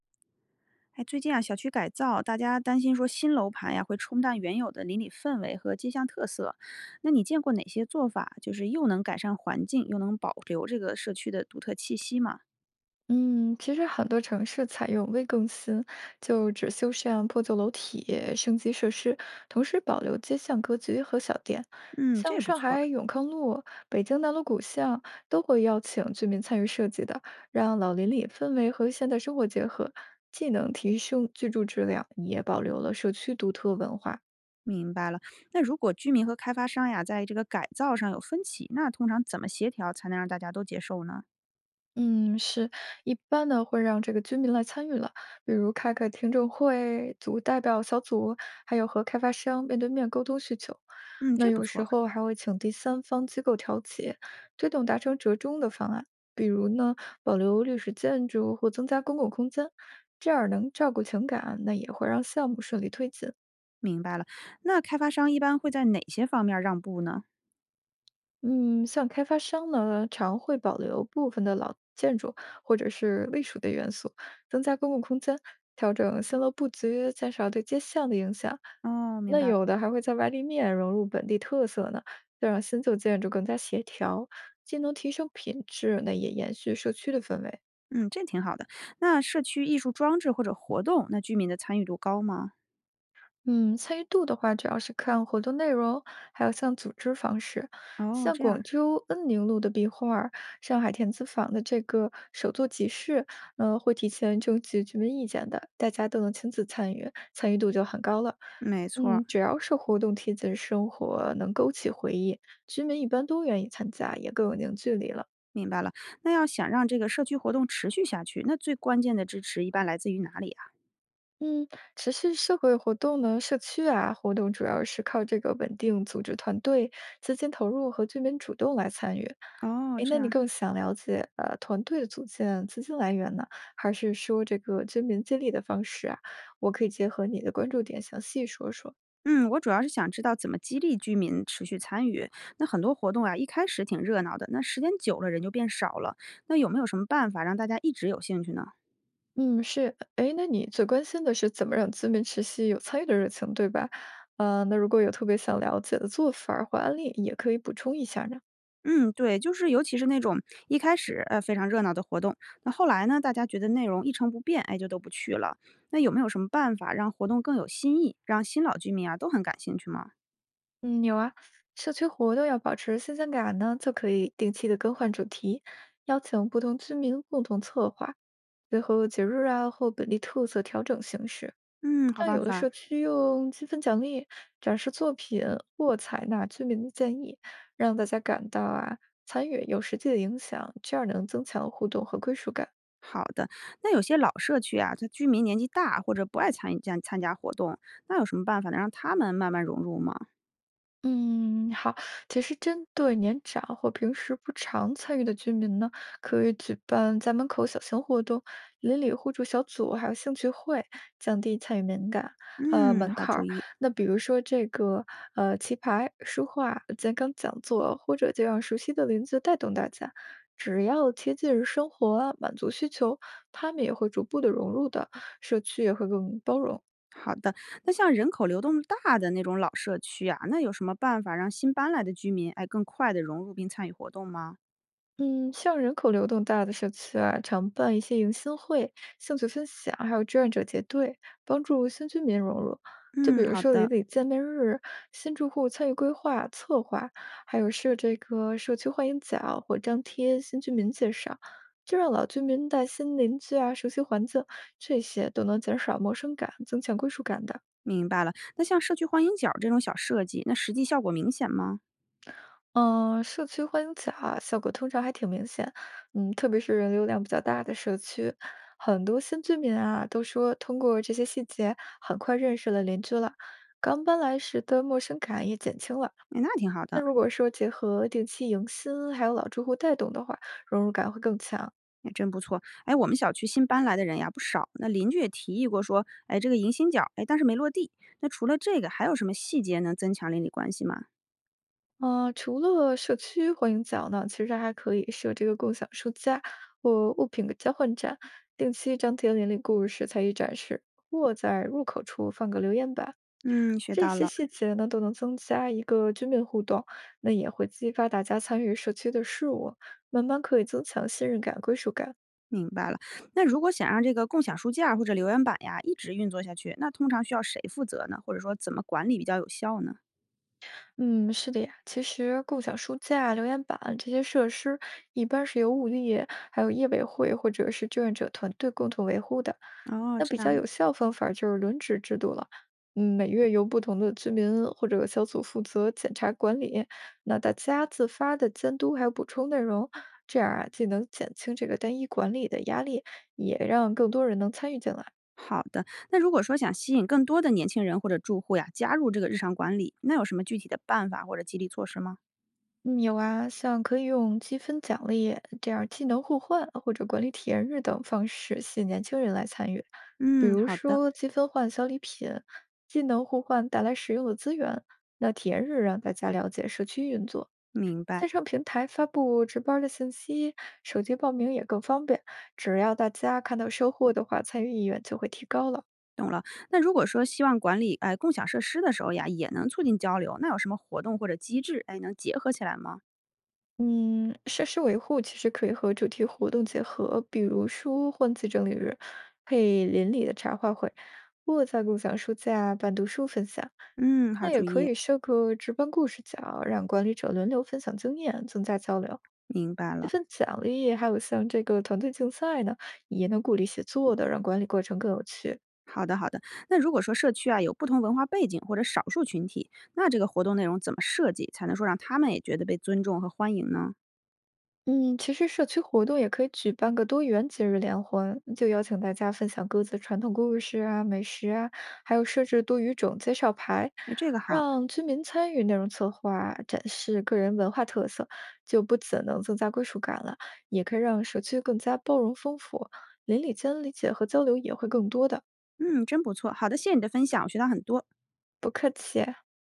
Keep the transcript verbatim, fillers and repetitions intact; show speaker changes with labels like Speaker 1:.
Speaker 1: 哎，最近啊，小区改造，大家担心说新楼盘呀会冲淡原有的邻里氛围和街巷特色。那你见过哪些做法，就是又能改善环境，又能保留这个社区的独特气息吗？
Speaker 2: 嗯，其实很多城市采用微更新，就只修缮破旧楼体、升级设施，同时保留街巷格局和小店。
Speaker 1: 嗯，
Speaker 2: 像
Speaker 1: 这不
Speaker 2: 上
Speaker 1: 错，
Speaker 2: 海永康路、北京南锣鼓巷都会邀请居民参与设计的，让老邻里氛围和现代生活结合，既能提升居住质量，也保留了社区独特文化。
Speaker 1: 明白了。那如果居民和开发商呀在这个改造上有分歧，那通常怎么协调才能让大家都接受呢？
Speaker 2: 嗯，是，一般呢会让这个居民来参与了，比如开个听证会、组代表小组，还有和开发商面对面沟通需求。
Speaker 1: 嗯，
Speaker 2: 那
Speaker 1: 这不
Speaker 2: 有时
Speaker 1: 错，
Speaker 2: 候还会请第三方机构调解，推动达成折中的方案，比如呢保留历史建筑或增加公共空间，这样能照顾情感，那也会让项目顺利推进。
Speaker 1: 明白了。那开发商一般会在哪些方面让步呢？
Speaker 2: 嗯，像开发商呢，常会保留部分的老建筑或者是隶属的元素，增加公共空间，调整新楼布局，减少对街巷的影响。
Speaker 1: 哦，明
Speaker 2: 那
Speaker 1: 白了。
Speaker 2: 有的还会在外立面融入本地特色呢，就让新旧建筑更加协调，既能提升品质，那也延续社区的氛围。
Speaker 1: 嗯，这挺好的。那社区艺术装置或者活动，那居民的参与度高吗？
Speaker 2: 嗯，参与度的话，主要是看活动内容，还有像组织方式。
Speaker 1: 哦，
Speaker 2: 像
Speaker 1: 这样，
Speaker 2: 广州恩宁路的壁画儿上海田子坊的这个手作集市，呃，会提前征集居民意见的，大家都能亲自参与，参与度就很高了。
Speaker 1: 没错儿
Speaker 2: 嗯，只要是活动贴近生活，能勾起回忆，居民一般都愿意参加，也更有凝聚力了。
Speaker 1: 明白了。那要想让这个社区活动持续下去，那最关键的支持一般来自于哪里啊？
Speaker 2: 嗯，持续社会活动呢，社区啊活动主要是靠这个稳定组织团队、资金投入和居民主动来参与。
Speaker 1: 哦，
Speaker 2: 哎，
Speaker 1: 这
Speaker 2: 那你
Speaker 1: 样，
Speaker 2: 更想了解呃团队的组建、资金来源呢，还是说这个居民接力的方式啊？我可以结合你的关注点详细说说。
Speaker 1: 嗯，我主要是想知道怎么激励居民持续参与。那很多活动啊，一开始挺热闹的，那时间久了人就变少了。那有没有什么办法让大家一直有兴趣呢？
Speaker 2: 嗯，是，哎，那你最关心的是怎么让居民持续有参与的热情，对吧？呃，那如果有特别想了解的做法儿或案例，也可以补充一下呢。
Speaker 1: 嗯，对，就是尤其是那种一开始呃非常热闹的活动，那后来呢，大家觉得内容一成不变，哎，就都不去了。那有没有什么办法让活动更有新意，让新老居民啊都很感兴趣吗？
Speaker 2: 嗯，有啊，社区活动要保持新鲜感呢，就可以定期的更换主题，邀请不同居民共同策划，最后节日啊或本地特色调整形式。
Speaker 1: 嗯，好
Speaker 2: 像
Speaker 1: 办
Speaker 2: 有的
Speaker 1: 法。
Speaker 2: 社区用积分奖励、展示作品或采纳居民的建议，让大家感到啊参与有实际的影响，这样能增强互动和归属感。
Speaker 1: 好的，那有些老社区啊，它居民年纪大或者不爱参与加参加活动，那有什么办法能让他们慢慢融入吗？
Speaker 2: 嗯，好。其实针对年长或平时不常参与的居民呢，可以举办家门口小型活动、邻里互助小组，还有兴趣会，降低参与敏感呃，
Speaker 1: 嗯，
Speaker 2: 门
Speaker 1: 好
Speaker 2: 槛
Speaker 1: 主
Speaker 2: 儿。
Speaker 1: 意。
Speaker 2: 那比如说这个呃棋牌、书画、健康讲座，或者就让熟悉的邻居带动大家。只要贴近生活，满足需求，他们也会逐步的融入的，社区也会更包容。
Speaker 1: 好的，那像人口流动大的那种老社区啊，那有什么办法让新搬来的居民哎更快的融入并参与活动吗？
Speaker 2: 嗯，像人口流动大的社区啊，常办一些迎新会、兴趣分享，还有志愿者结对，帮助新居民融入。就比
Speaker 1: 嗯，
Speaker 2: 如
Speaker 1: 好
Speaker 2: 说邻
Speaker 1: 的，
Speaker 2: 里见面日、新住户参与规划策划，还有设这个社区欢迎角或张贴新居民介绍，就让老居民带新邻居啊熟悉环境，这些都能减少陌生感，增强归属感的。
Speaker 1: 明白了。那像社区欢迎角这种小设计，那实际效果明显吗？
Speaker 2: 嗯，呃社区欢迎啊，效果通常还挺明显，嗯，特别是人流量比较大的社区，很多新居民啊都说通过这些细节，很快认识了邻居了，刚搬来时的陌生感也减轻了。
Speaker 1: 哎，那挺好
Speaker 2: 那
Speaker 1: 的。
Speaker 2: 如果说结合定期迎新，还有老住户带动的话，融入感会更强。
Speaker 1: 也真不错。哎，我们小区新搬来的人呀不少，那邻居也提议过说，哎，这个迎新角，哎，但是没落地。那除了这个，还有什么细节能增强邻里关系吗？
Speaker 2: 嗯、除了社区欢迎角呢，其实还可以设这个共享书架或物品交换站，定期张贴邻里故事、才艺展示，或在入口处放个留言板。
Speaker 1: 嗯，学
Speaker 2: 这
Speaker 1: 到
Speaker 2: 些
Speaker 1: 了，
Speaker 2: 细节呢，都能增加一个居民互动，那也会激发大家参与社区的事务，慢慢可以增强信任感、归属感。
Speaker 1: 明白了。那如果想让这个共享书架或者留言板呀一直运作下去，那通常需要谁负责呢？或者说怎么管理比较有效呢？
Speaker 2: 嗯，是的呀。其实共享书架、留言板这些设施，一般是由物业、还有业委会或者是志愿者团队共同维护的。
Speaker 1: 哦，
Speaker 2: 那
Speaker 1: 这
Speaker 2: 比较
Speaker 1: 样。
Speaker 2: 有效方法就是轮值制度了。嗯，每月由不同的居民或者小组负责检查管理，那大家自发的监督还有补充内容，这样啊，既能减轻这个单一管理的压力，也让更多人能参与进来。
Speaker 1: 好的，那如果说想吸引更多的年轻人或者住户呀加入这个日常管理，那有什么具体的办法或者激励措施吗？
Speaker 2: 嗯，有啊，像可以用积分奖励这样技能互换或者管理体验日等方式吸引年轻人来参与，比
Speaker 1: 嗯，
Speaker 2: 如
Speaker 1: 好的，
Speaker 2: 说积分换小礼品，技能互换带来实用的资源。那体验日让大家了解社区运作，
Speaker 1: 明
Speaker 2: 线
Speaker 1: 白。
Speaker 2: 上平台发布值班儿的信息，手机报名也更方便。只要大家看到收获的话，参与意愿就会提高了。
Speaker 1: 懂了，那如果说希望管理哎共享设施的时候呀，也能促进交流，那有什么活动或者机制哎能结合起来吗？
Speaker 2: 嗯，设施维护其实可以和主题活动结合，比如说换季整理日，配邻里的茶话会，或在共享书架办读书分享。
Speaker 1: 嗯，好
Speaker 2: 那
Speaker 1: 主
Speaker 2: 也可
Speaker 1: 意，
Speaker 2: 以设个值班故事角，让管理者轮流分享经验，增加交流。
Speaker 1: 明白
Speaker 2: 这
Speaker 1: 了。
Speaker 2: 份奖励还有像这个团队竞赛呢，也能鼓励协作的，让管理过程更有趣。
Speaker 1: 好的，好的。那如果说社区啊有不同文化背景或者少数群体，那这个活动内容怎么设计才能说让他们也觉得被尊重和欢迎呢？
Speaker 2: 嗯，其实社区活动也可以举办个多元节日联欢，就邀请大家分享各自传统故事啊、美食啊，还有设置多语种介绍牌，
Speaker 1: 哎，这个好，
Speaker 2: 让居民参与内容策划，展示个人文化特色，就不仅能增加归属感了，也可以让社区更加包容丰富，邻里间理解和交流也会更多的。
Speaker 1: 嗯，真不错。好的，谢谢你的分享，我学到很多。
Speaker 2: 不客气。